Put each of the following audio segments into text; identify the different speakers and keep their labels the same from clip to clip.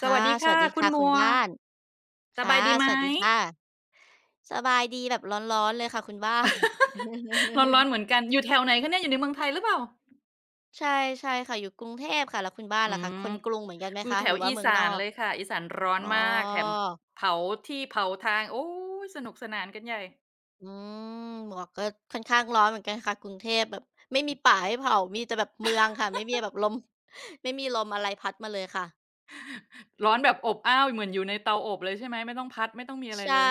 Speaker 1: สวัส
Speaker 2: ค่ะ
Speaker 1: ดี
Speaker 2: ส
Speaker 1: ค่ะ
Speaker 2: วัสดี
Speaker 1: คุณ
Speaker 2: ค่ะ
Speaker 1: หม
Speaker 2: คุณ
Speaker 1: วก
Speaker 2: บ้าน
Speaker 1: สบา
Speaker 2: ค่ะ
Speaker 1: ยดีไหม
Speaker 2: สวัสดีค่ะสบายดีแบบร้อนๆเลยค่ะคุณบ้าน
Speaker 1: ร้อนๆเหมือนกันอยู่แถวไหนคะเนี่ยอยู่ในเมืองไทยหรือเปล่า
Speaker 2: ใช่ใช่ค่ะอยู่กรุงเทพค่ะแล้วคุณบ้าน
Speaker 1: อื
Speaker 2: ล่ะคะค
Speaker 1: ม
Speaker 2: นกรุงเหมือนกันไหม
Speaker 1: อยู่
Speaker 2: คะ
Speaker 1: แถ
Speaker 2: หรื
Speaker 1: ว
Speaker 2: อว่า
Speaker 1: อี
Speaker 2: เมือง
Speaker 1: สา
Speaker 2: นอ
Speaker 1: น
Speaker 2: ก
Speaker 1: เลยค่ะอีสานร้อน
Speaker 2: อ๋อ
Speaker 1: มากแถมเผาที่เผาทางโอ๊ยสนุกสนานกันใหญ่
Speaker 2: อืมหมวกก็ค่อนข้างร้อนเหมือนกันค่ะกรุงเทพแบบไม่มีป่าให้เผามีแต่แบบเมืองค่ะไม่มีแบบลม ไม่มีลมอะไรพัดมาเลยค่ะ
Speaker 1: ร้อนแบบอบอ้าวเหมือนอยู่ในเตาอบเลยใช่ไหมไม่ต้องพัดไม่ต้องมีอะไร
Speaker 2: ใช่
Speaker 1: เลย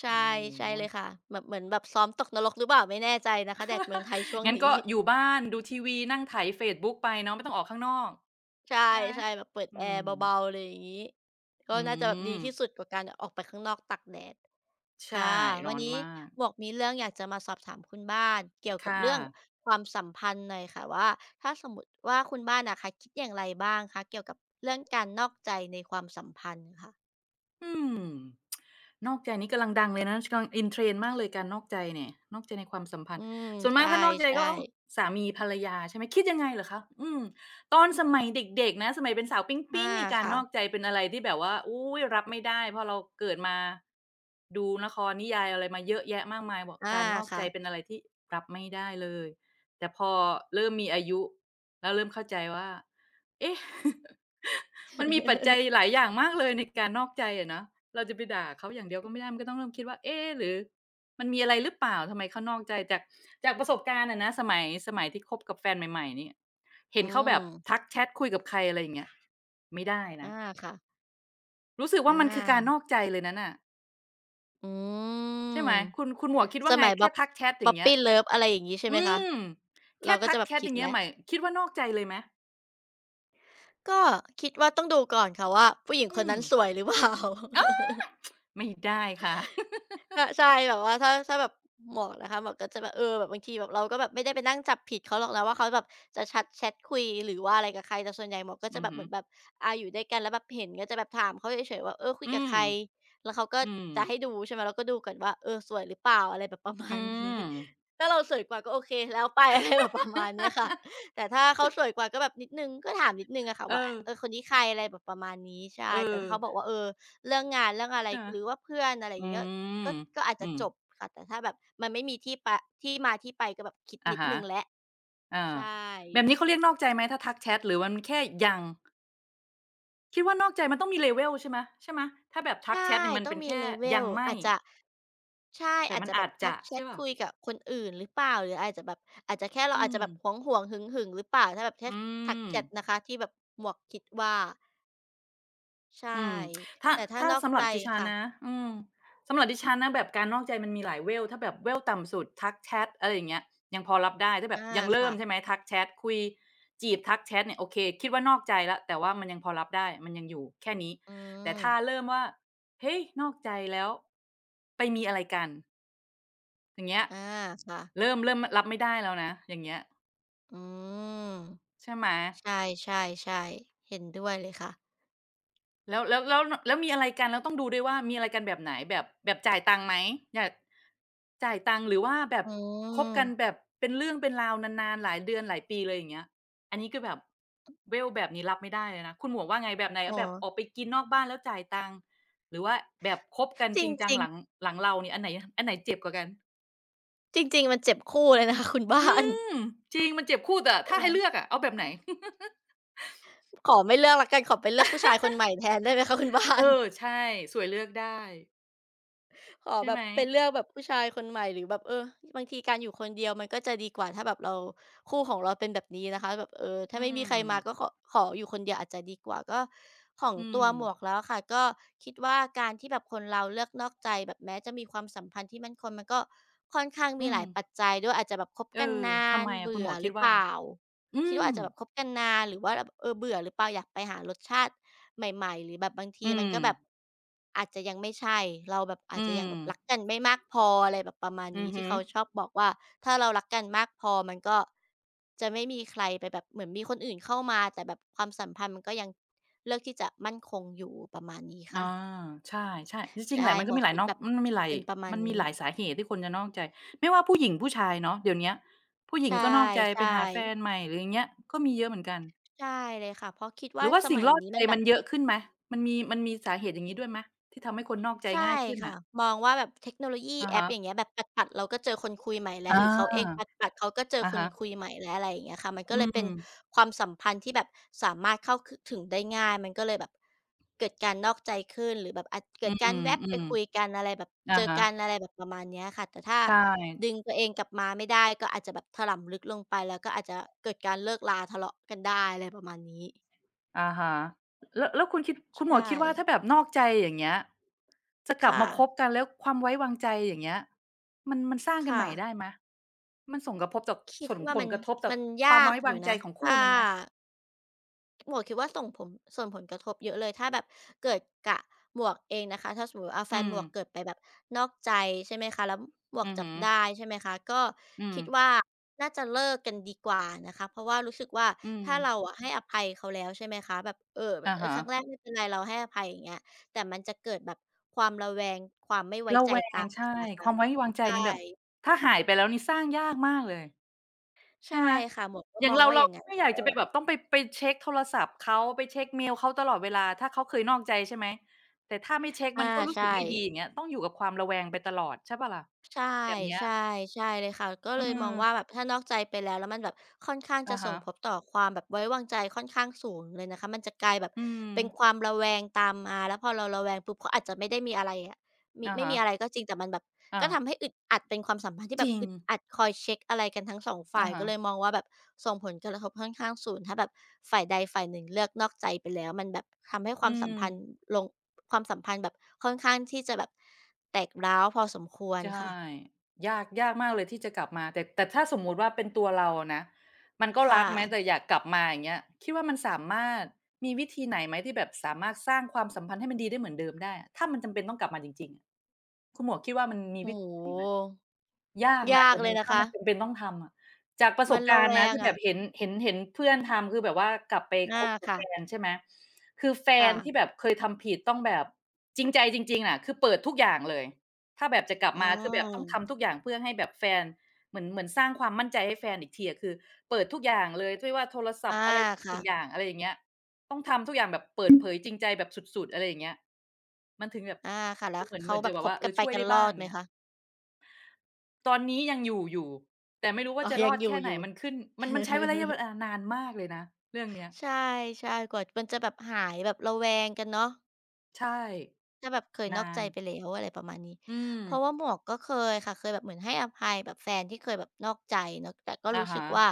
Speaker 2: ใช่
Speaker 1: โอ้
Speaker 2: ใช่
Speaker 1: โฮ
Speaker 2: เลยค่ะแบบเหมือนแบบซ้อมตกนรกหรือเปล่าไม่แน่ใจนะคะแดดเมืองไทยช่ว ง
Speaker 1: งั้น
Speaker 2: นี้
Speaker 1: ก็อยู่บ้านดูทีวีนั่งไถเฟซบุ๊กไปเนาะไม่ต้องออกข้างนอก
Speaker 2: ใช
Speaker 1: ใช่ไหม
Speaker 2: ่ๆแบบเปิด
Speaker 1: อื
Speaker 2: แอ
Speaker 1: ม
Speaker 2: ร์เบาๆเลยอย่างนี้ก็
Speaker 1: อื
Speaker 2: น่าจะแบบดี
Speaker 1: ม
Speaker 2: ที่สุดกว่าการออกไปข้างนอกตากแดด
Speaker 1: ใช่
Speaker 2: ค่ะ
Speaker 1: ร้
Speaker 2: วั
Speaker 1: อ
Speaker 2: น
Speaker 1: น
Speaker 2: นี้
Speaker 1: มาก
Speaker 2: หมวกมีเรื่องอยากจะมาสอบถามคุณบ้านเกี่ยวกับ
Speaker 1: ค่ะ
Speaker 2: เรื่องความสัมพันธ์หน่อยค่ะว่าถ้าสมมติว่าคุณบ้านนะค่ะคิดอย่างไรบ้างคะเกี่ยวกับเรื่องการนอกใจในความสัมพันธ์ค่ะ
Speaker 1: อืมนอกใจนี่กำลังดังเลยนะกำลัง in trend มากเลยการนอกใจเนี่ยนอกใจในความสัมพัน
Speaker 2: อื
Speaker 1: ธ์
Speaker 2: ม
Speaker 1: ส่วนมาก
Speaker 2: ใช่
Speaker 1: ถ้านอกใจ
Speaker 2: ใช่
Speaker 1: ก็ต้องสามีภรรยาใช่ไหมคิดยังไงเหรอคะตอนสมัยเด็กๆนะสมัยเป็นสาวป
Speaker 2: อา
Speaker 1: ิ๊งๆนี่การ
Speaker 2: ค่ะ
Speaker 1: นอกใจเป็นอะไรที่แบบว่าอุ๊ยรับไม่ได้เพราะเราเกิดมาดูละครนิยายอะไรมาเยอะแยะมากมายบอก
Speaker 2: อา
Speaker 1: การนอกใจ
Speaker 2: ค่ะ
Speaker 1: เป็นอะไรที่รับไม่ได้เลยแต่พอเริ่มมีอายุแล้วเริ่มเข้าใจว่า เอ๊ะ มันมีปัจจัย หลายอย่างมากเลยในการนอกใจอะเนาะเราจะไปด่าเขาอย่างเดียวก็ไม่ได้มันก็ต้องเริ่มคิดว่าเอ๊ะหรือมันมีอะไรหรือเปล่าทำไมเขานอกใจจากจากประสบการณ์อะนะสมัยที่คบกับแฟนใหม่ๆเนี่ยเห็น
Speaker 2: อื
Speaker 1: เขาแบ
Speaker 2: ม
Speaker 1: บทักแชตคุยกับใครอะไรอย่างเงี้ยไม่ได้นะ
Speaker 2: อาค่ะ
Speaker 1: รู้สึก
Speaker 2: อ
Speaker 1: ว่ามันคือการน
Speaker 2: า
Speaker 1: อกใจเลยนั้นน่ะ
Speaker 2: อื
Speaker 1: ใช่ไห
Speaker 2: ม
Speaker 1: มคุณหมวกคิด
Speaker 2: ส
Speaker 1: ว่าไง
Speaker 2: มัยบ๊
Speaker 1: แค่
Speaker 2: อบ
Speaker 1: ทักแชทอ
Speaker 2: p
Speaker 1: ย่าง
Speaker 2: บ
Speaker 1: เงี้ย
Speaker 2: p ี้เลิฟอะไรอย่างงี้ใช่ไห
Speaker 1: อื
Speaker 2: มคะ
Speaker 1: มแค่
Speaker 2: เราก็
Speaker 1: ทั
Speaker 2: จะ
Speaker 1: ก
Speaker 2: แบ
Speaker 1: แช
Speaker 2: บ
Speaker 1: ท
Speaker 2: คิ
Speaker 1: อ
Speaker 2: ด
Speaker 1: ย่างเงี้ย
Speaker 2: แล้ว
Speaker 1: ใหมายคิดว่านอกใจเลยไหม
Speaker 2: ก็คิดว่าต้องดูก่อนค่ะว่าผู้หญิงค
Speaker 1: อื
Speaker 2: น
Speaker 1: ม
Speaker 2: นั้นสวยหรือ เปล่า
Speaker 1: อ้าไม่ได้ค่ะ
Speaker 2: ก็ใช่แบบว่าถ้าแบบหมวกนะคะหมวกก็จะแบบเออแบบบางทีแบบเราก็แบบไม่ได้ไปนั่งจับผิดเขาหรอกนะว่าเขาแบบจะชัดแชตคุยหรือว่าอะไรกับใครแต่ส่วนใหญ่หมวกก็ จะ
Speaker 1: อือ
Speaker 2: แบบ
Speaker 1: หื
Speaker 2: เหมือนแบบอาอยู่ด้วยกันแล้วแบบเห็นก็จะแบบถามเขาเฉยๆว่าเออคุ
Speaker 1: อ
Speaker 2: ย
Speaker 1: อื
Speaker 2: กับ
Speaker 1: ม
Speaker 2: ใครแล้วเขาก็
Speaker 1: อืม
Speaker 2: จะให้ดูใช่ไหมเราก็ดูก่อนว่าเออสวยหรือเปล่าอะไรแบบประ
Speaker 1: อื
Speaker 2: มาณนี้
Speaker 1: ม
Speaker 2: ถ้าเราสวยกว่าก็โอเคแล้วไป อะไรแบบประมาณเนี้ยค่ะ แต่ถ้าเขาสวยกว่าก็แบบนิดหนึ่งก็ถามนิดหนึ่งอะค่ะ
Speaker 1: เอ
Speaker 2: ว่า
Speaker 1: อ
Speaker 2: เออคนนี้ใครอะไรแบบประมาณนี้
Speaker 1: เอ
Speaker 2: ใช่แต่
Speaker 1: อ
Speaker 2: ถ้าเขาบอกว่าเออเรื่องงานเรื่องอะไร
Speaker 1: ใช่ไหม
Speaker 2: หรือว่าเพื่อนอะไรอ
Speaker 1: อื
Speaker 2: ย่างเงี้ย
Speaker 1: ม
Speaker 2: ก็อาจ
Speaker 1: อื
Speaker 2: จะ
Speaker 1: ม
Speaker 2: จบค่ะแต่ถ้าแบบมันไม่มีที่ปะที่มาที่ไปก็แบบคิด
Speaker 1: อะ
Speaker 2: นิดห
Speaker 1: ฮะ
Speaker 2: นึ่งแหละ
Speaker 1: อา
Speaker 2: ใช่
Speaker 1: แบบนี้เขาเรียกนอกใจไหมถ้าทักแชทหรือมันแค่ยังคิดว่านอกใจมันต้องมีเลเวลใช่ไหมใช่ไหมถ้าแบบทักแช
Speaker 2: ใช่
Speaker 1: ทเนี่ยมัน
Speaker 2: ต้อ
Speaker 1: เป็
Speaker 2: ง
Speaker 1: น
Speaker 2: มี
Speaker 1: แค่ยัง
Speaker 2: level
Speaker 1: ไม่
Speaker 2: อาจจะใช่
Speaker 1: แต่
Speaker 2: อาจ
Speaker 1: มัน
Speaker 2: จะแบ
Speaker 1: อา
Speaker 2: บ
Speaker 1: จ
Speaker 2: ทั
Speaker 1: จะ
Speaker 2: กแช
Speaker 1: ใช่
Speaker 2: ต
Speaker 1: ป่ะ
Speaker 2: คุยกับคนอื่นหรือเปล่าหรืออาจจะแบบอาจจะแค่เรา
Speaker 1: อื
Speaker 2: อาจ
Speaker 1: ม
Speaker 2: จะแบบหวงๆหึงๆหรือเปล่าถ้าแบบแค่
Speaker 1: อื
Speaker 2: ทัก
Speaker 1: ม
Speaker 2: แชตนะคะที่แบบหมวกคิดว่าใช่
Speaker 1: อืมถ้า
Speaker 2: แต่ถ้านอก
Speaker 1: สำหรั
Speaker 2: ใจ
Speaker 1: บดิฉัน
Speaker 2: ค่ะ
Speaker 1: นะสำหรับดิฉันนะแบบการนอกใจมันมีหลายเวลถ้าแบบเวลต่ำสุดทักแชตอะไรอย่างเงี้ยยังพอรับได้ถ้าแบบ
Speaker 2: อา
Speaker 1: ยังเริ่ม
Speaker 2: ค่ะ
Speaker 1: ใช่ไหมทักแชตคุยจีบทักแชตเนี่ยโอเคคิดว่านอกใจแล้วแต่ว่ามันยังพอรับได้มันยังอยู่แค่นี้
Speaker 2: อื
Speaker 1: แต่
Speaker 2: ม
Speaker 1: ถ้าเริ่มว่าเฮ้ยนอกใจแล้วไปมีอะไรกันอย่างเงี้ย
Speaker 2: อาค่ะ
Speaker 1: เริ่มเริ่มมรับไม่ได้แล้วนะอย่างเงี้ย
Speaker 2: อืม
Speaker 1: ใช่ไหม
Speaker 2: ใช่ๆๆเห็นด้วยเลยค่ะ
Speaker 1: แล้วแล้วแล้วนแล้วมีอะไรกันแล้วต้องดูด้วยว่ามีอะไรกันแบบไหนแบบแบบจ่ายตังค์ไหมอยากจ่ายตังค์หรือว่าแบบ
Speaker 2: อื
Speaker 1: คบกันแบ
Speaker 2: ม
Speaker 1: บเป็นเรื่องเป็นราวนานๆหลายเดือนหลายปีเลยอย่างเงี้ยอันนี้คือแบบเวลแบบนี้รับไม่ได้เลยนะคุณหมวกว่าไงแบบไหน
Speaker 2: อ๋อ
Speaker 1: แบบออกไปกินนอกบ้านแล้วจ่ายตังค์หรือว่าแบบคบกัน
Speaker 2: จร
Speaker 1: จริงจัง
Speaker 2: ิง
Speaker 1: หลัง
Speaker 2: ๆ
Speaker 1: หลังเราเนี่ยอันไหนเจ็บกว่ากัน
Speaker 2: จริงๆมันเจ็บคู่เลยนะคะ คุณ
Speaker 1: อื
Speaker 2: บ้าน
Speaker 1: มจริงมันเจ็บคู่แต่
Speaker 2: ใช่
Speaker 1: ถ้า
Speaker 2: ไหม
Speaker 1: ให้เลือกอะเอาแบบไหน
Speaker 2: ขอไม่เลือกแล้วกันขอไปเลือกผู้ชายคนใหม่แทนได้ไหมคะ คุณบ้า
Speaker 1: เออ
Speaker 2: น
Speaker 1: ใช่สวยเลือกได้
Speaker 2: ขอ
Speaker 1: ใช่
Speaker 2: แบ
Speaker 1: ไหม
Speaker 2: บไปเลือกแบบผู้ชายคนใหม่หรือแบบเออบางทีการอยู่คนเดียวมันก็จะดีกว่าถ้าแบบเราคู่ของเราเป็นแบบนี้นะคะแบบเออ
Speaker 1: อื
Speaker 2: ถ้าไม่มี
Speaker 1: ม
Speaker 2: ใครมาก็ขออยู่คนเดียวอาจจะดีกว่าก็ของ
Speaker 1: อื
Speaker 2: ตั
Speaker 1: ม
Speaker 2: วหมวกแล้วอะค่ะก็คิดว่าการที่แบบคนเราเลือกนอกใจแบบแม้จะมีความสัมพันธ์ที่มั่นคงมันก็ค่อนข้างมี
Speaker 1: อื
Speaker 2: ห
Speaker 1: ม
Speaker 2: ลายปัจจัยด้วยอาจจะแบบคบ
Speaker 1: เอ
Speaker 2: กัน
Speaker 1: อ
Speaker 2: นา
Speaker 1: ทำ
Speaker 2: น
Speaker 1: ไมอะคุณ
Speaker 2: เบื่
Speaker 1: หม
Speaker 2: อ
Speaker 1: วก
Speaker 2: ห
Speaker 1: คิด
Speaker 2: รือเป
Speaker 1: ว่า
Speaker 2: ล่า
Speaker 1: อื
Speaker 2: คิดว่า
Speaker 1: ม
Speaker 2: อาจจะแบบคบกันนานหรือว่าแบบเออเบื่อหรือเปล่าอยากไปหารสชาติใหม่ๆหรือแบบบางที
Speaker 1: อื
Speaker 2: มัน
Speaker 1: ม
Speaker 2: ก็แบบอาจจะยังไม่ใช่เราแบบอา
Speaker 1: อื
Speaker 2: จจะยัง
Speaker 1: ม
Speaker 2: แบบรักกันไม่มากพออะไรแบบประมาณ
Speaker 1: อือ
Speaker 2: นี้
Speaker 1: ฮึ
Speaker 2: ที่เขาชอบบอกว่าถ้าเรารักกันมากพอมันก็จะไม่มีใครไปแบบเหมือนมีคนอื่นเข้ามาแต่แบบความสัมพันธ์มันก็ยังเลือกที่จะมั่นคงอยู่ประมาณนี้
Speaker 1: อา
Speaker 2: ค่ะ
Speaker 1: ใช่ๆจริงๆแห
Speaker 2: ใช่
Speaker 1: ละมัน
Speaker 2: ห
Speaker 1: ก็
Speaker 2: มว
Speaker 1: มี
Speaker 2: ก
Speaker 1: หลาย
Speaker 2: คิด
Speaker 1: นอก
Speaker 2: แบบ
Speaker 1: มันมีหลาย
Speaker 2: เป็นประมาณ
Speaker 1: มันมี
Speaker 2: นี้
Speaker 1: หลายสาเหตุที่คนจะนอกใจไม่ว่าผู้หญิงผู้ชายเนาะเดี๋ยวเนี้ยผู้หญิ
Speaker 2: ใช
Speaker 1: งก็นอกใจ
Speaker 2: ่
Speaker 1: ไปหาแฟ
Speaker 2: ๆ
Speaker 1: นใหม่หรืออย่างเงี้ยก็มีเยอะเหมือนกัน
Speaker 2: ใช่เลยค่ะเพราะคิด
Speaker 1: หรื
Speaker 2: ว่า
Speaker 1: อว่า
Speaker 2: ส
Speaker 1: สิ่ง
Speaker 2: มัย
Speaker 1: ล่อ
Speaker 2: นี้
Speaker 1: ใจ
Speaker 2: มันแบ
Speaker 1: มัน
Speaker 2: บ
Speaker 1: เยอะขึ้นไหมมันมีสาเหตุอย่างงี้ด้วยไหมที่ทำให้คนนอกใจ
Speaker 2: ใช่
Speaker 1: ง่ายขึ้น
Speaker 2: ค่ะ
Speaker 1: น่ะ
Speaker 2: มองว่าแบบเทคโนโลยี
Speaker 1: อะ
Speaker 2: แอป
Speaker 1: ฮะ
Speaker 2: อย่างเงี้ยแบบปัดๆเราก็เจอคนคุยใหม่แล้วหรือเขาเองป
Speaker 1: อา
Speaker 2: ัดๆเขาก็เจอ
Speaker 1: อะ
Speaker 2: คน
Speaker 1: ฮะ
Speaker 2: คุยใหม่แล้วอะไรอย่างเงี้ยค่ะมัน
Speaker 1: อื
Speaker 2: ก็เลยเป็
Speaker 1: ม
Speaker 2: นความสัมพันธ์ที่แบบสามารถเข้าคถึงได้ง่ายมันก็เลยแบบเกิดการนอกใจขึ้นหรือแบบอาจเกิ
Speaker 1: อื
Speaker 2: ดการแว็บไป
Speaker 1: ม
Speaker 2: คุยกันอะไรแบบ
Speaker 1: ๆอะ
Speaker 2: เจอ
Speaker 1: ฮะ
Speaker 2: กันอะไรแบบประมาณเนี้ยค่ะแต่ถ้า
Speaker 1: ใช่
Speaker 2: ดึงตัวเองกลับมาไม่ได้ก็อาจจะแบบถลำลึกลงไปแล้วก็อาจจะเกิดการเลิกราทะเลาะกันได้อะไรประมาณนี้
Speaker 1: อะฮะแล้วแล้วคุณคิดคุณหมวก
Speaker 2: ใช่
Speaker 1: คิดว่าถ้าแบบนอกใจอย่างเงี้ยจะกลับ
Speaker 2: ค่ะ
Speaker 1: มาคบกันแล้วความไว้วางใจอย่างเงี้ยมันสร้างกันให
Speaker 2: ค่ะ
Speaker 1: ม่ได้ไหมมันส่งกระทบจาก
Speaker 2: คิด
Speaker 1: ส่ง
Speaker 2: ว่า
Speaker 1: ผล
Speaker 2: มัน
Speaker 1: กระทบจาก
Speaker 2: มัน
Speaker 1: ความ
Speaker 2: ยา
Speaker 1: ไว้
Speaker 2: กอ
Speaker 1: วา
Speaker 2: ยู่
Speaker 1: งใจ
Speaker 2: นะ
Speaker 1: ของคู่
Speaker 2: ถ้า
Speaker 1: นั้นไหม
Speaker 2: หมวกคิดว่าส่งผลกระทบเยอะเลยถ้าแบบเกิดกะหมวกเองนะคะถ้าสมมุติว่าแฟ
Speaker 1: อื
Speaker 2: น
Speaker 1: ม
Speaker 2: หมวกเกิดไปแบบนอกใจใช่ไหมคะแล้วหมวก
Speaker 1: อือ
Speaker 2: จับ
Speaker 1: ฮึ
Speaker 2: ได้ใช่ไหมคะก็
Speaker 1: อืม
Speaker 2: คิดว่าน่าจะเลิกกันดีกว่านะคะเพราะว่ารู้สึกว่า
Speaker 1: อืม
Speaker 2: ถ้าเราอะให้อภัยเขาแล้วใช่ไหมคะแบบเออแบบ
Speaker 1: อะ
Speaker 2: เออ
Speaker 1: ฮะ
Speaker 2: ครั้งแรกไม่เป็นไรเราให้อภัยอย่างเงี้ยแต่มันจะเกิดแบบความระแวงความไม่ไว้
Speaker 1: ระ
Speaker 2: ใจ
Speaker 1: แว
Speaker 2: ตา
Speaker 1: ง
Speaker 2: ม
Speaker 1: ใช่
Speaker 2: มานะ
Speaker 1: ค
Speaker 2: คะ
Speaker 1: วามไว้วางใจ
Speaker 2: ใช่
Speaker 1: นี่แบบถ้าหายไปแล้วนี่สร้างยากมากเลย ใช่
Speaker 2: ใช่
Speaker 1: ไหม
Speaker 2: ค่ะหมวกก็
Speaker 1: อย่า
Speaker 2: ม
Speaker 1: ง
Speaker 2: อง
Speaker 1: เรา
Speaker 2: ว่าอ
Speaker 1: เรา
Speaker 2: ย่าง
Speaker 1: ก็
Speaker 2: งั้น
Speaker 1: ไม่อยาก
Speaker 2: ค่ะ
Speaker 1: จะ
Speaker 2: ว่า
Speaker 1: ไป
Speaker 2: แบบ
Speaker 1: แบบต้องไปไปเช็กโทรศัพท์เขาไปเช็กเมลเขาตลอดเวลาถ้าเขาเคยนอกใจใช่ไหมแต่ถ้าไม่เช็ก
Speaker 2: อา
Speaker 1: มันก็รู้สึก
Speaker 2: ใช่
Speaker 1: ไม่ดีอย่างเงี้ยต้องอยู่กับความระแวงไปตลอดใช่เปล่าล่ะ
Speaker 2: ใช่
Speaker 1: แบบเนี้ย
Speaker 2: ใช่ใช่เลยค่ะก็
Speaker 1: อื
Speaker 2: เลยมองว่าแบ
Speaker 1: ม
Speaker 2: บถ้านอกใจไปแล้วแล้วมันแบบค่อนข้างจะ
Speaker 1: อะ
Speaker 2: ส่
Speaker 1: ฮะ
Speaker 2: งผลต่อความแบบไว้วางใจค่อนข้างสูงเลยนะคะมันจะกลายแบบ
Speaker 1: อืม
Speaker 2: เป็นความระแวงตามมาแล้วพอเราระแวงปุ๊บเขาอาจจะไม่ได้มีอะไรอะมี
Speaker 1: อะ
Speaker 2: ไม่
Speaker 1: ฮะ
Speaker 2: มีอะไรก็จริงแต่มันแบบ
Speaker 1: อา
Speaker 2: ก็ทำให้อึดอัดเป็นความสัมพันธ์ที่
Speaker 1: จ
Speaker 2: แบบ
Speaker 1: ริง
Speaker 2: อึดอัดคอยเช็กอะไรกันทั้งสองฝ่า
Speaker 1: อะ
Speaker 2: ย
Speaker 1: ฮะ
Speaker 2: ก็เลยมองว่าแบบส่งผลกระทบค่อนข้างสูงถ้าแบบฝ่ายใดฝ่ายหนึ่งเลือกนอกใจไปแล้วมันแบบทำให้ค
Speaker 1: อื
Speaker 2: วามสั
Speaker 1: ม
Speaker 2: มพันธ์ลงความสัมพันธ์แบบค่อนข้างที่จะแบบแตกร้าวพอสมควร
Speaker 1: ใช่
Speaker 2: ค่ะ
Speaker 1: ยากมากเลยที่จะกลับมาแต่ถ้าสมมุติว่าเป็นตัวเราอะนะมันก็รั
Speaker 2: ค่ะ
Speaker 1: กไหมแต่อยากกลับมาอย่างเงี้ยคิดว่ามันสามารถมีวิธีไหนไหมที่แบบสามารถสร้างความสัมพันธ์ให้มันดีได้เหมือนเดิมได้อะถ้ามันจำเป็นต้องกลับมาจริงๆอะคุณหมวกคิดว่ามันมีวิ
Speaker 2: โอ้
Speaker 1: ธีไหน
Speaker 2: โฮ
Speaker 1: ไหม ยากนะ
Speaker 2: ยา
Speaker 1: แต่
Speaker 2: ก
Speaker 1: มั
Speaker 2: เล
Speaker 1: น
Speaker 2: ยนะ
Speaker 1: ถ้า
Speaker 2: คะ
Speaker 1: มันจำเป็นต้องทำอะจากประส
Speaker 2: มั
Speaker 1: บ
Speaker 2: นระ
Speaker 1: การ
Speaker 2: แว
Speaker 1: ณ์นะ
Speaker 2: ง
Speaker 1: ที่แบ
Speaker 2: อะ
Speaker 1: บเห็นเพื่อนทำคือแบบว่ากลับไป
Speaker 2: อา
Speaker 1: คบกับแฟ
Speaker 2: ค่ะ
Speaker 1: นใช่ไหมคือแฟนที่แบ
Speaker 2: ค่ะ
Speaker 1: บเคยทำผิดต้องแบบจริงใจจริงๆอะคือเปิดทุกอย่างเลยถ้าแบบจะกลับ
Speaker 2: อื
Speaker 1: มาคือแบบต้องทำ
Speaker 2: ม
Speaker 1: ทุกอย่างเพื่อให้แบบแฟนเหมือนสร้างความมั่นใจให้แฟนอีกทีอะคือเปิดทุกอย่างเลยไม่ว่าโทรศัพ
Speaker 2: อา
Speaker 1: ท์อะไรทุกสิ่
Speaker 2: ค่ะ
Speaker 1: งอย่างอะไรอย่างเงี้ยต้องทำทุกอย่างแบบเปิดเผยจริงใจแบบสุดๆอะไรอย่างเงี้ยมันถึงแบบ
Speaker 2: อาค่ะ แล้
Speaker 1: จะ
Speaker 2: ว
Speaker 1: เหมือนเห
Speaker 2: เขา
Speaker 1: มือน
Speaker 2: แบ
Speaker 1: จะ
Speaker 2: บ
Speaker 1: แบ
Speaker 2: ค
Speaker 1: บ
Speaker 2: บ
Speaker 1: ว่าเอ
Speaker 2: กั
Speaker 1: อ
Speaker 2: นไป
Speaker 1: ช่วย
Speaker 2: กัน
Speaker 1: ได้
Speaker 2: ร
Speaker 1: บ้าง
Speaker 2: อ
Speaker 1: อ
Speaker 2: ด
Speaker 1: ย่าง
Speaker 2: ไหม
Speaker 1: เงี้ย
Speaker 2: คะ
Speaker 1: ตอนนี้ยังอยู่อยู่แต่ไม่รู้ว่า
Speaker 2: อ๋อ
Speaker 1: จะร
Speaker 2: ยั
Speaker 1: อ
Speaker 2: ง
Speaker 1: ด
Speaker 2: อยู่
Speaker 1: แค่
Speaker 2: อ
Speaker 1: ไหน
Speaker 2: ยู่
Speaker 1: มันขึ้นมันใช้ระยะ เวลานานมากเลยนะเรื่องเนี้ย
Speaker 2: ใช่ๆกว่ามันจะแบบหายแบบระแวงกันเนาะ
Speaker 1: ใช่
Speaker 2: จะแบบเคยนอ
Speaker 1: นา
Speaker 2: กใจ
Speaker 1: น
Speaker 2: ไปแล้วอะไรประมาณนี้
Speaker 1: อืม
Speaker 2: เพราะว่าหมวกก็เคยค่ะเคยแบบเหมือนให้อภัยแบบแฟนที่เคยแบบนอกใจเนาะแต่ก็
Speaker 1: อะ
Speaker 2: รู้สึ
Speaker 1: ฮะ
Speaker 2: กว่า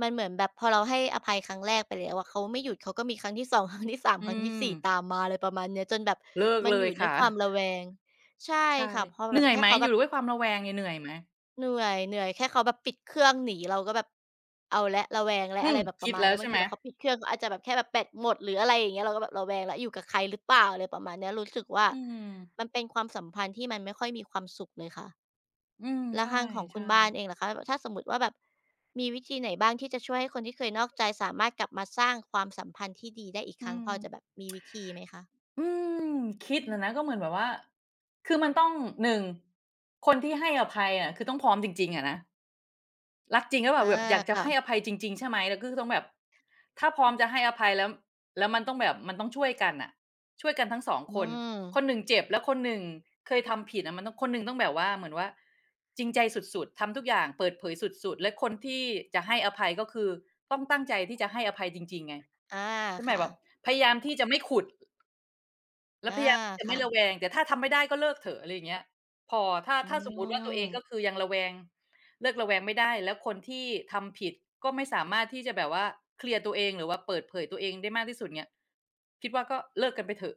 Speaker 2: มันเหมือนแบบพอเราให้อภัยครั้งแรกไปแล้วอะเขาไม่หยุดเขาก็มีครั้งที่สอง ครั้งที่สาม
Speaker 1: อื
Speaker 2: ครั้งที่
Speaker 1: ม
Speaker 2: สี่ตามมาอะไรประมาณเนี้ยจนแบบ
Speaker 1: เลิก
Speaker 2: มัน
Speaker 1: เล
Speaker 2: อ
Speaker 1: ย
Speaker 2: ยู่ด้วย
Speaker 1: ค่ะ
Speaker 2: ความระแวงใช่
Speaker 1: ใช่
Speaker 2: ค่ะพอ
Speaker 1: เห
Speaker 2: แบบ
Speaker 1: นื่อย
Speaker 2: แค่
Speaker 1: ไหม
Speaker 2: เขา
Speaker 1: อ
Speaker 2: แบ
Speaker 1: ยู่
Speaker 2: บ
Speaker 1: ด้วยความระแวงเนี่ยเหนื่อยไหม
Speaker 2: เหนื่อยแค่เขาแบบปิดเครื่องหนีเราก็แบบเอาแล้วระแวงแล้ว
Speaker 1: อื
Speaker 2: อะ
Speaker 1: ม
Speaker 2: ไรแบบป
Speaker 1: คิ
Speaker 2: ระ
Speaker 1: ด
Speaker 2: มาณ
Speaker 1: แล้ว
Speaker 2: เนี้ยบา
Speaker 1: ใช่
Speaker 2: ง
Speaker 1: ไห
Speaker 2: ที
Speaker 1: ม
Speaker 2: แบบเขาปิดเครื่องเขาอาจจะแบบแค่แบบแบตหมดหรืออะไรอย่างเงี้ยเราก็แบบระแวงแล้วอยู่กับใครหรือเปล่าอะไรประมาณเนี้ยรู้สึกว่า
Speaker 1: อืม
Speaker 2: มันเป็นความสัมพันธ์ที่มันไม่ค่อยมีความสุขเลยค่ะ
Speaker 1: อืม
Speaker 2: แล้ว
Speaker 1: ใช่
Speaker 2: ทางของคุณบ้านเองล่ะคะแบบถ้าสมมุติว่าแบบมีวิธีไหนบ้างที่จะช่วยให้คนที่เคยนอกใจสามารถกลับมาสร้างความสัมพันธ์ที่ดีได้อีก
Speaker 1: ๆอื
Speaker 2: ครั้ง
Speaker 1: ม
Speaker 2: พอจะแบบมีวิธีไหมคะ
Speaker 1: อืมคิดน่ะนะก็เหมือนแบบว่าคือมันต้องหนึ่งคนที่ให้อภัยอะคือต้องพร้อมจริงๆอะนะ รักจริงก็แบบ่า
Speaker 2: อา
Speaker 1: แบบอยากจะให้อ
Speaker 2: ค่ะ
Speaker 1: ภัยจริงๆใช่ไหมแล้วก็คือต้องแบบถ้าพร้อมจะให้อภัยแล้วแล้วมันต้องแบบมันต้องช่วยกันน่ะช่วยกันทั้งสอง
Speaker 2: อื
Speaker 1: คน
Speaker 2: ม
Speaker 1: คนหนึ่งเจ็บแล้วคนหนึ่งเคยทำผิดอะมันต้องคนหนึ่งต้องแบบว่าเหมือนว่าจริงใจสุดๆทำทุกอย่างเปิดเผยสุดๆและคนที่จะให้อภัยก็คือต้องตั้งใจที่จะให้อภัยจริงๆไง
Speaker 2: อา
Speaker 1: ใช่ไหม
Speaker 2: ค่ะ
Speaker 1: แบบพยายามที่จะไม่ขุด แล้ว
Speaker 2: อา
Speaker 1: พยายามที่จะไม่
Speaker 2: ค่ะ
Speaker 1: ระแวงแต่ถ้าทำไม่ได้ก็เลิกเถอะอะไรอย่างเงี้ยพอถ้า
Speaker 2: อื
Speaker 1: ถ้าสมมุติว่าตัวเอง
Speaker 2: ม
Speaker 1: ก็คือยังระแวงเลิกระแวงไม่ได้แล้วคนที่ทำผิดก็ไม่สามารถที่จะแบบว่าเคลียร์ตัวเองหรือว่าเปิดเผยตัวเองได้มากที่สุดเงี้ยคิดว่าก็เลิกกันไปเถอะ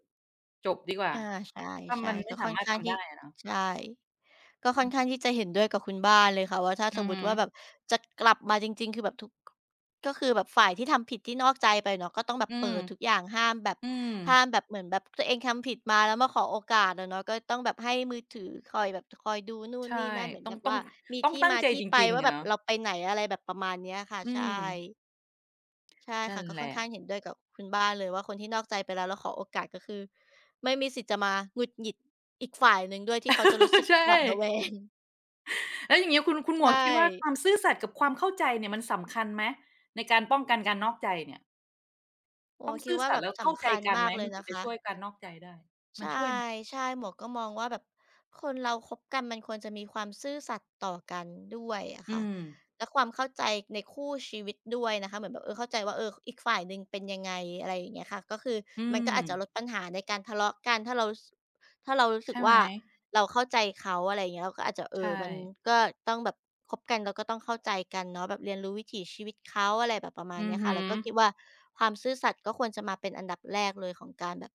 Speaker 1: จบดีกว่า
Speaker 2: อา
Speaker 1: ถ้ามั
Speaker 2: ใช่
Speaker 1: น
Speaker 2: ๆ
Speaker 1: ไม่
Speaker 2: ก็
Speaker 1: สา
Speaker 2: ค่อน
Speaker 1: มารถ
Speaker 2: ข้าง
Speaker 1: ทำ
Speaker 2: ที่
Speaker 1: ได้อะเนาะ
Speaker 2: ใช่ก็ค่อนข้างที่จะเห็นด้วยกับคุณบ้านเลยค่ะว่าถ้า
Speaker 1: อื
Speaker 2: สม
Speaker 1: อ
Speaker 2: มุ
Speaker 1: ฮึ
Speaker 2: ติว่าแบบจะกลับมาจริงๆคือแบบทุกก็คือแบบฝ่ายที่ทำผิดที่นอกใจไปเนาะก็ต้องแบบ
Speaker 1: อืม
Speaker 2: เปิดทุกอย่างห้ามแบบ
Speaker 1: อืม
Speaker 2: ห้ามแบบเหมือนแบบตัวเองทำผิดมาแล้วมาขอโอกาสอะเนาะก็ต้องแบบให้มือถือคอยแบบคอยดูนู่นนี่
Speaker 1: ใช่
Speaker 2: นั่นเหมือน
Speaker 1: ต้อ
Speaker 2: แบ
Speaker 1: ง
Speaker 2: บ
Speaker 1: ต้อง
Speaker 2: ว่ามี
Speaker 1: ต้อง
Speaker 2: ที่
Speaker 1: ตั้ง
Speaker 2: มา
Speaker 1: ใจ
Speaker 2: ที่
Speaker 1: จ
Speaker 2: ไป
Speaker 1: ริงๆ
Speaker 2: ว่า
Speaker 1: อะ
Speaker 2: แบบ
Speaker 1: เนาะ
Speaker 2: เราไปไหนอะไรแบบประมาณเนี้ยค่ะ
Speaker 1: อื
Speaker 2: ใช่
Speaker 1: ม
Speaker 2: ใช่
Speaker 1: นั่
Speaker 2: ค่ะ
Speaker 1: น
Speaker 2: ก็
Speaker 1: แห
Speaker 2: ค่อน
Speaker 1: ละ
Speaker 2: ข้างเห็นด้วยกับคุณบ้านเลยว่าคนที่นอกใจไปแล้วแล้วขอโอกาสก็คือไม่มีสิทธิ์จะมาหงุดหงิดอีกฝ่ายหนึ่งด้วยที่เขาจะรู้สึ ก
Speaker 1: ใช่
Speaker 2: หวาดระแวง
Speaker 1: แล้วอย่างเงี้ยคุณหม
Speaker 2: ใช
Speaker 1: วกคิดว่าความ
Speaker 2: ่
Speaker 1: ซื่อสัตย์กับความเข้าใจเนี่ยมันสำคัญไหมในการป้องกันการนอกใจเนี่ย
Speaker 2: โอ้
Speaker 1: ต้อง
Speaker 2: โคิ
Speaker 1: ซื่
Speaker 2: ด
Speaker 1: อ
Speaker 2: ว่า
Speaker 1: สัต
Speaker 2: แบ
Speaker 1: ย์
Speaker 2: บ
Speaker 1: แล้วเข้า
Speaker 2: สำ
Speaker 1: ใจ
Speaker 2: คัญ
Speaker 1: กัน
Speaker 2: มา
Speaker 1: ไหม
Speaker 2: กเล
Speaker 1: มั
Speaker 2: ย
Speaker 1: นถึ
Speaker 2: นะ
Speaker 1: งจะ
Speaker 2: คะ
Speaker 1: ช่วยการนอกใจได้มั
Speaker 2: ใช
Speaker 1: นช่วยไหม
Speaker 2: ่ๆหมวกก็มองว่าแบบคนเราคบกันมันควรจะมีความซื่อสัตย์ต่อกันด้วยอะ
Speaker 1: อื
Speaker 2: ค่ะ
Speaker 1: ม
Speaker 2: และความเข้าใจในคู่ชีวิตด้วยนะคะเหมือนแบบเออเข้าใจว่าเอออีกฝ่ายหนึ่งเป็นยังไงอะไรอย่างเงี้ยค่ะก็คือ
Speaker 1: อื
Speaker 2: มัน
Speaker 1: ม
Speaker 2: ก็อาจจะลดปัญหาในการทะเลาะกันถ้าเรารู้สึก
Speaker 1: ใช่ไหม
Speaker 2: ว่าเราเข้าใจเขาอะไรอย่างเงี้ยเราก็อาจจะเออ
Speaker 1: ใช่
Speaker 2: มันก็ต้องแบบคบกันเราก็ต้องเข้าใจกันเนาะแบบเรียนรู้วิถีชีวิตเขาอะไรแบบประมาณ
Speaker 1: อือ
Speaker 2: เนี้ยค่ะ
Speaker 1: ฮึ
Speaker 2: แล้วก็คิดว่าความซื่อสัตย์ก็ควรจะมาเป็นอันดับแรกเลยของการแบบ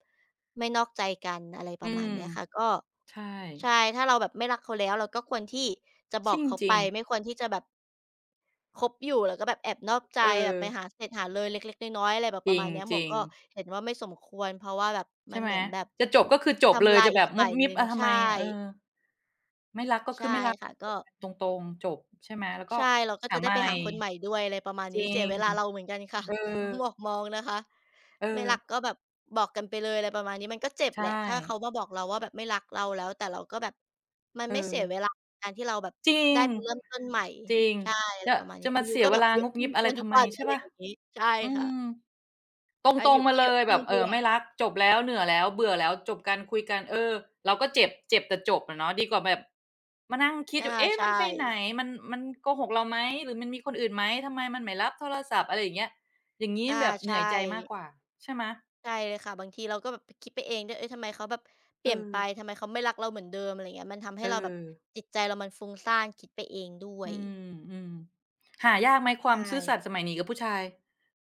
Speaker 2: ไม่นอกใจกันอะไรป
Speaker 1: อื
Speaker 2: ระมา
Speaker 1: ม
Speaker 2: ณเนี้ยค่ะก็
Speaker 1: ใช่
Speaker 2: ใช่ถ้าเราแบบไม่รักเขาแล้วเราก็ควรที่จะ
Speaker 1: จ
Speaker 2: บ
Speaker 1: ร
Speaker 2: อกเขา
Speaker 1: ิ
Speaker 2: ไป
Speaker 1: งๆ
Speaker 2: ไม่ควรที่จะแบบคบอยู่แล้วก็แบบแอบนอกใจ
Speaker 1: เอ
Speaker 2: แบ
Speaker 1: อ
Speaker 2: บไปหาเสร็จหาเลยเล็กๆน้อยๆอะไรแบบ
Speaker 1: จ
Speaker 2: ประมาณเนี้ยหมวก
Speaker 1: ริง
Speaker 2: ก็
Speaker 1: ๆ
Speaker 2: เห็นว่าไม่สมควรเพราะว่าแบบ
Speaker 1: ใช่
Speaker 2: มัน
Speaker 1: ไหม
Speaker 2: เหมือนแบบ
Speaker 1: จะจบก็คือจบเล
Speaker 2: ทำ
Speaker 1: ย
Speaker 2: ลาย
Speaker 1: จะแบ
Speaker 2: อีก
Speaker 1: บมุ
Speaker 2: ฝ่า
Speaker 1: บ
Speaker 2: ย
Speaker 1: มิ
Speaker 2: ห
Speaker 1: บ
Speaker 2: นึ่ง
Speaker 1: อาทำไม
Speaker 2: ใช่
Speaker 1: เออไม่รักก็คื
Speaker 2: ใช่
Speaker 1: อไม่รัก
Speaker 2: ค่ะก็
Speaker 1: ตรงๆจบใช่ไหมแล้วก็
Speaker 2: ใช่เราก็
Speaker 1: หา
Speaker 2: จะ
Speaker 1: ให
Speaker 2: ได้
Speaker 1: ม่
Speaker 2: ไปหาคนใหม่ด้วยอะไรประมาณ
Speaker 1: จ
Speaker 2: นี้
Speaker 1: ริ
Speaker 2: เสีย
Speaker 1: ง
Speaker 2: เวลาเราเหมือนกันค่ะ
Speaker 1: เออ
Speaker 2: ต้องบอกมองนะคะ
Speaker 1: เออ
Speaker 2: ไม่รักก็แบบบอกกันไปเลยอะไรประมาณนี้มันก็เจ็บ
Speaker 1: ใช่
Speaker 2: แหละถ้าเขามาบอกเราว่าแบบไม่รักเราแล้วแต่เราก็แบบมัน
Speaker 1: เอ
Speaker 2: ไม่
Speaker 1: อ
Speaker 2: เสียเวลาการที่เราแบบ
Speaker 1: จริ
Speaker 2: ได้
Speaker 1: ง
Speaker 2: ไปเริ่มต้นใหม่
Speaker 1: จริง
Speaker 2: ใช่อะไร
Speaker 1: จะ
Speaker 2: ประมาณ
Speaker 1: จะ
Speaker 2: นี้
Speaker 1: มา
Speaker 2: อายุ
Speaker 1: เสีย
Speaker 2: ก็
Speaker 1: เว
Speaker 2: แบบ
Speaker 1: ลา
Speaker 2: เยอะ
Speaker 1: งุบงิบอะไร
Speaker 2: ขึ้นทุ
Speaker 1: ทำ
Speaker 2: ก
Speaker 1: ไม
Speaker 2: วันๆอะ
Speaker 1: ใช่
Speaker 2: ไร
Speaker 1: เป
Speaker 2: อ
Speaker 1: ล่า
Speaker 2: ย่างงี้ใช่
Speaker 1: อืม
Speaker 2: ค่ะ
Speaker 1: ต
Speaker 2: อา
Speaker 1: ร
Speaker 2: ยุ
Speaker 1: งๆมา
Speaker 2: ก็
Speaker 1: เล
Speaker 2: เยอะ
Speaker 1: ยแบ
Speaker 2: ขึ้น
Speaker 1: บเอ
Speaker 2: ด้
Speaker 1: อ
Speaker 2: วย
Speaker 1: ไม่รักจบแล้วเหนื่อยแล้วเบื่อแล้วจบกันคุยกันเออเราก็เจ็บเจ็บแต่จบอะเนาะดีกว่าแบบมานั่งคิดอ
Speaker 2: อา
Speaker 1: ยู่เอ๊ะมั
Speaker 2: ใช่
Speaker 1: นไปไหนมันโกหกเราไหมหรือมันมีคนอื่นไหมทำไมมันไม่รับโทรศัพท์อะไรอย่างเงี้ยอย่างงี้
Speaker 2: อา
Speaker 1: แบบเหนื่อย
Speaker 2: ใช่
Speaker 1: ใจมากกว่าใช่ไหม
Speaker 2: ใช่เลยค่ะบางทีเราก็แบบไปคิดไปเองด้วยเอ้ยทำไมเขาแบบเป
Speaker 1: เอ
Speaker 2: ลี่ยน
Speaker 1: อ
Speaker 2: ไปทำไมเขาไม่รักเราเหมือนเดิมอะไรอย่างเงี้ยมันทำให้
Speaker 1: เอ
Speaker 2: เราแบบ
Speaker 1: อ
Speaker 2: จิตใจเรามันฟุ้งซ่านคิดไปเองด้ว
Speaker 1: อื
Speaker 2: ย
Speaker 1: มอืมหายากไหมค
Speaker 2: ใช
Speaker 1: วามซื่อสัตย์ส
Speaker 2: ่
Speaker 1: มัยนี้กับผู้ชาย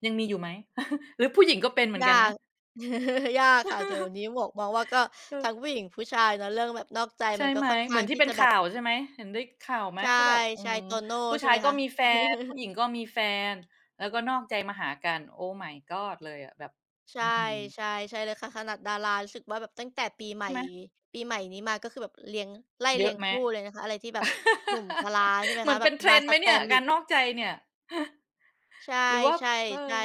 Speaker 1: ยังมีอยู่ไหม หรือผู้หญิงก็เป็นเหมือนกัน
Speaker 2: ยา
Speaker 1: นะ
Speaker 2: ก ยากค่ะเดี๋ยวนี้ หมวกมองว่าก็
Speaker 1: เออ
Speaker 2: ทั้งผู้หญิงผู้ชายเนาะเรื่องแบบนอกใจ
Speaker 1: ใช่
Speaker 2: มันก็
Speaker 1: ไหม
Speaker 2: ค่อน
Speaker 1: เหมื
Speaker 2: ข้า
Speaker 1: อน
Speaker 2: ง
Speaker 1: ที่
Speaker 2: ที่
Speaker 1: เป็น
Speaker 2: จะแบ
Speaker 1: ข่า
Speaker 2: บ
Speaker 1: วใช่ไหมเห็นได้ข่าวไหม
Speaker 2: ใช่
Speaker 1: ที่แบบอื
Speaker 2: ใช
Speaker 1: ม
Speaker 2: โตโน่
Speaker 1: ผู้
Speaker 2: ใช่
Speaker 1: ชาย
Speaker 2: ไหม
Speaker 1: ก็
Speaker 2: คะ
Speaker 1: มีแฟนผู้ หญิงก็มีแฟนแล้วก็นอกใจมาหากัน Oh my god เลยอะแบบอื้
Speaker 2: ใช่
Speaker 1: อฮือ
Speaker 2: ใช่ใช่เลยค่ะขนาดดารารู้สึกว่าแบบตั้งแต่ปีใหม่
Speaker 1: ใช่ไหม
Speaker 2: ปีใหม่นี้มาก็คือแบบเรียงไล่
Speaker 1: เย
Speaker 2: เรี
Speaker 1: อะ
Speaker 2: ยง
Speaker 1: ไหม
Speaker 2: คู่เลยนะคะอะไรที่แบบหนุ่มกะลาใช่ไห ม
Speaker 1: เหมือ
Speaker 2: คะ
Speaker 1: น
Speaker 2: แบ
Speaker 1: เป็
Speaker 2: บ
Speaker 1: น
Speaker 2: มา
Speaker 1: trend
Speaker 2: ส
Speaker 1: ไหม
Speaker 2: แต
Speaker 1: เนี่ย
Speaker 2: มป์
Speaker 1: กา
Speaker 2: อี
Speaker 1: ร
Speaker 2: ก
Speaker 1: นอกใจเนี่ย
Speaker 2: ใช่
Speaker 1: หรือว่า
Speaker 2: ใช่
Speaker 1: เออ
Speaker 2: ใช่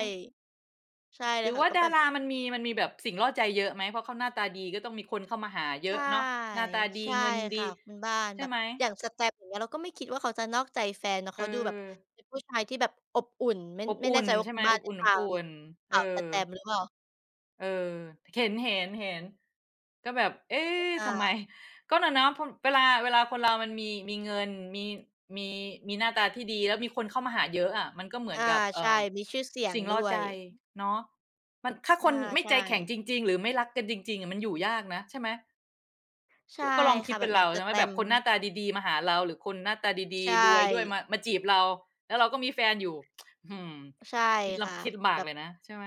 Speaker 2: ใช่
Speaker 1: ห
Speaker 2: เล
Speaker 1: รื
Speaker 2: ย
Speaker 1: อ
Speaker 2: ค่ะ
Speaker 1: ว่า
Speaker 2: ก็
Speaker 1: ดา
Speaker 2: แบบ
Speaker 1: รามันมีแบบสิ่งล่อใจเยอะไหมเพราะเขาหน้าตาดีก็ต้องมีคนเข้ามาหาเย
Speaker 2: ใช
Speaker 1: อะเนาะ
Speaker 2: ่
Speaker 1: หน้าตาดี
Speaker 2: ใช่
Speaker 1: เงินดี
Speaker 2: ค่ะคุณบ้านแบ
Speaker 1: ใช่
Speaker 2: บ
Speaker 1: ไหม
Speaker 2: อย่างสแตมป์อย่างเงี้ยเราก็ไม่คิดว่าเขาจะนอกใจแฟนเนาะ
Speaker 1: เออ
Speaker 2: เขาดูแบบเป็นผู้ชายที่แบบอบอุ่นไม่
Speaker 1: อบ
Speaker 2: ไม่แน่
Speaker 1: อุ่น
Speaker 2: ใจว่า
Speaker 1: ใช่
Speaker 2: คุ
Speaker 1: ไหม
Speaker 2: ณบ้า
Speaker 1: อ
Speaker 2: น
Speaker 1: บ
Speaker 2: ได้
Speaker 1: อุ
Speaker 2: ตาม
Speaker 1: ่นๆเอ
Speaker 2: ข่าวส
Speaker 1: อ
Speaker 2: แตมป์หรือเปล่า
Speaker 1: เออเห็นๆๆก็แบบเอ๊ะ
Speaker 2: อา
Speaker 1: ทำไมก็น่ะเนาะพเวลาคนเรามันมีมีเงินมีมีมีหน้าตาที่ดีแล้วมีคนเข้ามาหาเยอะอะมันก็เหมือน
Speaker 2: อา
Speaker 1: กับ
Speaker 2: ใช่มีชื่อเสียง
Speaker 1: สิ่งล่อ
Speaker 2: ด้ว
Speaker 1: ใจ
Speaker 2: ย
Speaker 1: เนาะมันถ้าคน
Speaker 2: อา
Speaker 1: ไม่ใจ
Speaker 2: ใช่
Speaker 1: แข็งจริงๆหรือไม่รักกันจริงๆอะมันอยู่ยากนะใช่ไหม
Speaker 2: ใช่
Speaker 1: แล้วก็ลองคิด
Speaker 2: ค่ะแบ
Speaker 1: เป็
Speaker 2: บ
Speaker 1: น
Speaker 2: อย่า
Speaker 1: เรา
Speaker 2: งส
Speaker 1: ใช่ไหม
Speaker 2: แต
Speaker 1: แบบ
Speaker 2: ม
Speaker 1: ค
Speaker 2: ป์
Speaker 1: นหน้าตาดีๆมาหาเราหรือคนหน้าตาดี
Speaker 2: ใช
Speaker 1: ๆรวยด้วยมา
Speaker 2: ่
Speaker 1: มาจีบเราแล้วเราก็มีแฟนอยู่หือ
Speaker 2: ใช่
Speaker 1: คิด
Speaker 2: ค่ะ
Speaker 1: ลำคิดลำบา
Speaker 2: แบ
Speaker 1: ก
Speaker 2: บ
Speaker 1: เลยนะใช่ไหม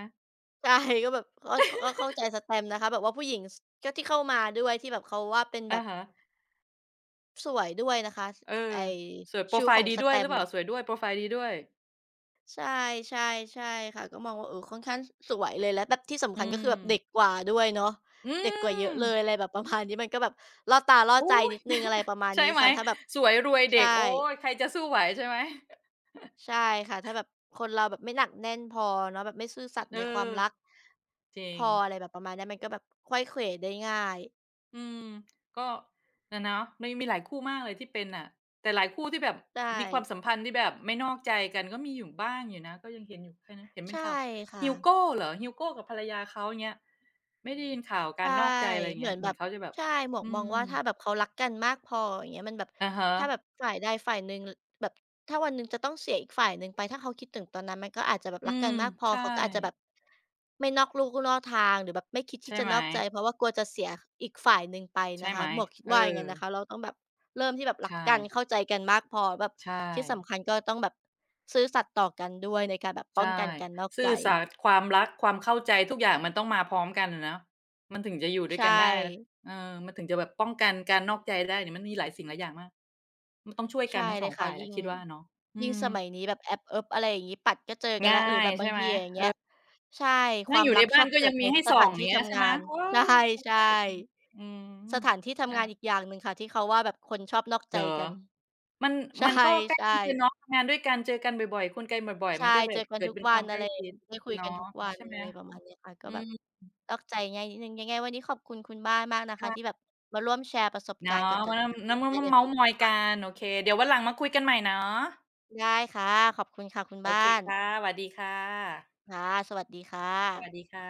Speaker 2: ใช่ก็แบบก็เข้าใจสแตมป์นะคะแบบว่าผู้หญิงสก็ที่เข้ามาด้วยที่แบบเขาว่าเป็นแบ
Speaker 1: อะ
Speaker 2: บ
Speaker 1: ฮะ
Speaker 2: สวยด้วยนะคะ
Speaker 1: เออ
Speaker 2: ไอ
Speaker 1: สวยโพร
Speaker 2: ชุ้
Speaker 1: ไฟ
Speaker 2: วข
Speaker 1: ล์
Speaker 2: อง
Speaker 1: ดีด้วยหรือ
Speaker 2: STEM
Speaker 1: เปล่า
Speaker 2: อะ
Speaker 1: สวยด้วยโพรไฟล์ดีด้วย
Speaker 2: ใช่ใช่ใช่ค่ะก็มองว่าเออค่อนข้างสวยเลยแล้วแบบที่สำ
Speaker 1: อื
Speaker 2: คัญก็
Speaker 1: ม
Speaker 2: คือแบบเด็กกว่าด้วยเนาะ
Speaker 1: อื
Speaker 2: เด็กกว่าเย
Speaker 1: ม
Speaker 2: อะเลยอะไรแบบประมาณนี้มันก็แบบล่อตาล่อใจ
Speaker 1: อุ๊ย
Speaker 2: นิดหนึ่งอะไรประมา ณ
Speaker 1: ใช่
Speaker 2: นี้
Speaker 1: ไหม
Speaker 2: ค่ะถ้าแบบ
Speaker 1: สวยรวยเด็
Speaker 2: ใช่
Speaker 1: กโอ๊ยใครจะสู้ไหวใช่ไหม
Speaker 2: ใช่ค่ะถ้าแบบคนเราแบบไม่หนักแน่นพอเนาะแบบไม่ซื่อสัต
Speaker 1: เอ
Speaker 2: ย์
Speaker 1: อ
Speaker 2: ในความรัก
Speaker 1: จริ
Speaker 2: พ
Speaker 1: ง
Speaker 2: ออะไรแบบประมาณเนี้ยมันก็แบบไขว้เขวได้ง่าย
Speaker 1: อืมก็นะเนาะมีมีหลายคู่มากเลยที่เป็นน่ะแต่หลายคู่ที่แบบ
Speaker 2: ใช่
Speaker 1: มีความสัมพันธ์ที่แบบไม่นอกใจกันก็มีอยู่บ้างอยู่นะก็ยังเห็นอยู่ใครนะเห็นเป็น
Speaker 2: ใช่
Speaker 1: ข่าว
Speaker 2: ค่ะ
Speaker 1: Hyugo เหรอ Hyugo กับภรรยาเขาอย่างเงี้ยไม่ได้ยินข่าวการ
Speaker 2: ใช่
Speaker 1: นอกใจอะไรอย่าง
Speaker 2: เหมื
Speaker 1: เงี้
Speaker 2: อ
Speaker 1: ย
Speaker 2: น
Speaker 1: เหมื
Speaker 2: แบ
Speaker 1: อน
Speaker 2: บ
Speaker 1: เขาจะแบบ
Speaker 2: ใช่หมวก
Speaker 1: อื
Speaker 2: มอง
Speaker 1: ม
Speaker 2: ว่าถ้าแบบเขารักกันมากพออย่างเงี้ยมันแบบ
Speaker 1: อะฮะ
Speaker 2: ถ้าแบบฝ่ายใดฝ่ายหนึ่งแบบถ้าวันหนึ่งจะต้องเสียอีกฝ่ายหนึ่งไปถ้าเขาคิดถึงตอนนั้นมันก็อาจจะแบบ
Speaker 1: อื
Speaker 2: รัก
Speaker 1: ม
Speaker 2: กันมากพอ
Speaker 1: ใช่
Speaker 2: เขาก็อาจจะแบบไม่นอกลู่นอกทางหรือแบบไม่คิดที่
Speaker 1: ใช่
Speaker 2: จะ
Speaker 1: ไหม
Speaker 2: นอกใจเพราะว่ากลัวจะเสียอีกฝ่ายหนึ่งไป
Speaker 1: ใช่
Speaker 2: นะ
Speaker 1: ไห
Speaker 2: คะ
Speaker 1: ม
Speaker 2: หมวกคิด
Speaker 1: เอ
Speaker 2: ว่าอย่าง
Speaker 1: อ
Speaker 2: งั้นนะคะเราต้องแบบเริ่มที่แบบรัก
Speaker 1: ใช่
Speaker 2: กันเข้าใจกันมากพอแบบ
Speaker 1: ใช่
Speaker 2: ที่สำคัญก็ต้องแบบซื่อสัตย์ต่อกันด้วยในการแบบป้อง
Speaker 1: ใช่
Speaker 2: กันการนอก
Speaker 1: ซื่
Speaker 2: ใจ
Speaker 1: อสัตย์ความรักความเข้าใจทุกอย่างมันต้องมาพร้อมกันอะเนาะมันถึงจะอยู่ด้วย
Speaker 2: ใช่
Speaker 1: กันได้เออมันถึงจะแบบป้องกันการนอกใจได้เนี่ยมันมีหลายสิ่งหลายอย่างมากมันต้องช่วยกั
Speaker 2: ใช่
Speaker 1: นทั้งส
Speaker 2: เล
Speaker 1: อ
Speaker 2: ย
Speaker 1: ง
Speaker 2: ค่ะ
Speaker 1: ฝ่ายแห
Speaker 2: ยิ่
Speaker 1: ละ
Speaker 2: ง
Speaker 1: คิดว่าเนาะอื
Speaker 2: ยิ่ง
Speaker 1: ม
Speaker 2: สมัยนี้แบบแอปเอิบอะไรอย่างงี้ปัดก็เจอกัน
Speaker 1: ง่า
Speaker 2: แล้วหรือ
Speaker 1: ย
Speaker 2: แบบบา
Speaker 1: ใช่
Speaker 2: ง
Speaker 1: ไหม
Speaker 2: ทีอย่าง
Speaker 1: เอ
Speaker 2: เงี้ย
Speaker 1: อ
Speaker 2: ใช่ค
Speaker 1: นั่ง
Speaker 2: วา
Speaker 1: อ
Speaker 2: ม
Speaker 1: ยู่
Speaker 2: รั
Speaker 1: ใน
Speaker 2: กช
Speaker 1: บ้า
Speaker 2: อ
Speaker 1: น
Speaker 2: บ
Speaker 1: ก็
Speaker 2: เกิ
Speaker 1: ยั
Speaker 2: ด
Speaker 1: ง
Speaker 2: ใน
Speaker 1: มีให้
Speaker 2: ส
Speaker 1: ส่อ
Speaker 2: ถา
Speaker 1: ง
Speaker 2: น
Speaker 1: อย่า
Speaker 2: ที่
Speaker 1: งเงี้ยใช่
Speaker 2: ทำงา
Speaker 1: ไหม
Speaker 2: น
Speaker 1: เออ
Speaker 2: ใช่
Speaker 1: ใช่อื
Speaker 2: ๆส
Speaker 1: ม
Speaker 2: ถานที่
Speaker 1: อา
Speaker 2: ทำงานอีกอย่างหนึ่งค่ะที่เขาว่าแบบคนชอบนอกใจ
Speaker 1: เหรอ
Speaker 2: กัน
Speaker 1: มัน
Speaker 2: ใช
Speaker 1: มันก็ใกล้ชิ
Speaker 2: ่
Speaker 1: ดกัน
Speaker 2: ๆ
Speaker 1: เนาะทำงานด้วยกันเจอกันบ่อยๆคุยกลบ่อยๆ
Speaker 2: ใช่
Speaker 1: มันก็แบ
Speaker 2: เจ
Speaker 1: บ
Speaker 2: อกัน
Speaker 1: เกิด
Speaker 2: ทุก
Speaker 1: เป็นค
Speaker 2: วั
Speaker 1: วา
Speaker 2: น
Speaker 1: มใก
Speaker 2: อะ
Speaker 1: ล้
Speaker 2: ไร
Speaker 1: ชิด
Speaker 2: ได้คุย
Speaker 1: เนาะ
Speaker 2: กันทุกวัน
Speaker 1: ใช่ไหม
Speaker 2: อะไรประมาณเนี้ยค่ะก็
Speaker 1: อื
Speaker 2: แบบ
Speaker 1: ม
Speaker 2: นอกใจง่ายนิดหนึ่งยังไงวันนี้ขอบคุณคุณบ้านมากนะคะที่แบ
Speaker 1: ค่ะ
Speaker 2: บมาร่วมแชร์ประสบการณ์
Speaker 1: เนาะ
Speaker 2: เกี่ยวกั
Speaker 1: มา
Speaker 2: บการนอก
Speaker 1: น้ำมัม
Speaker 2: ใจ
Speaker 1: มา
Speaker 2: ในค
Speaker 1: เม้า
Speaker 2: วา
Speaker 1: ท์
Speaker 2: ม
Speaker 1: มอยกันโอเคเดี๋ยววันหลังมาคุยกันใหม่เนาะ
Speaker 2: ได้ค่ะขอบคุณค่ะคุณ
Speaker 1: โอเค
Speaker 2: บ้าน
Speaker 1: ค่ะสวัสดีค่ะ
Speaker 2: ค่ะสวัสดีค่ะ
Speaker 1: สวัสดีค่ะ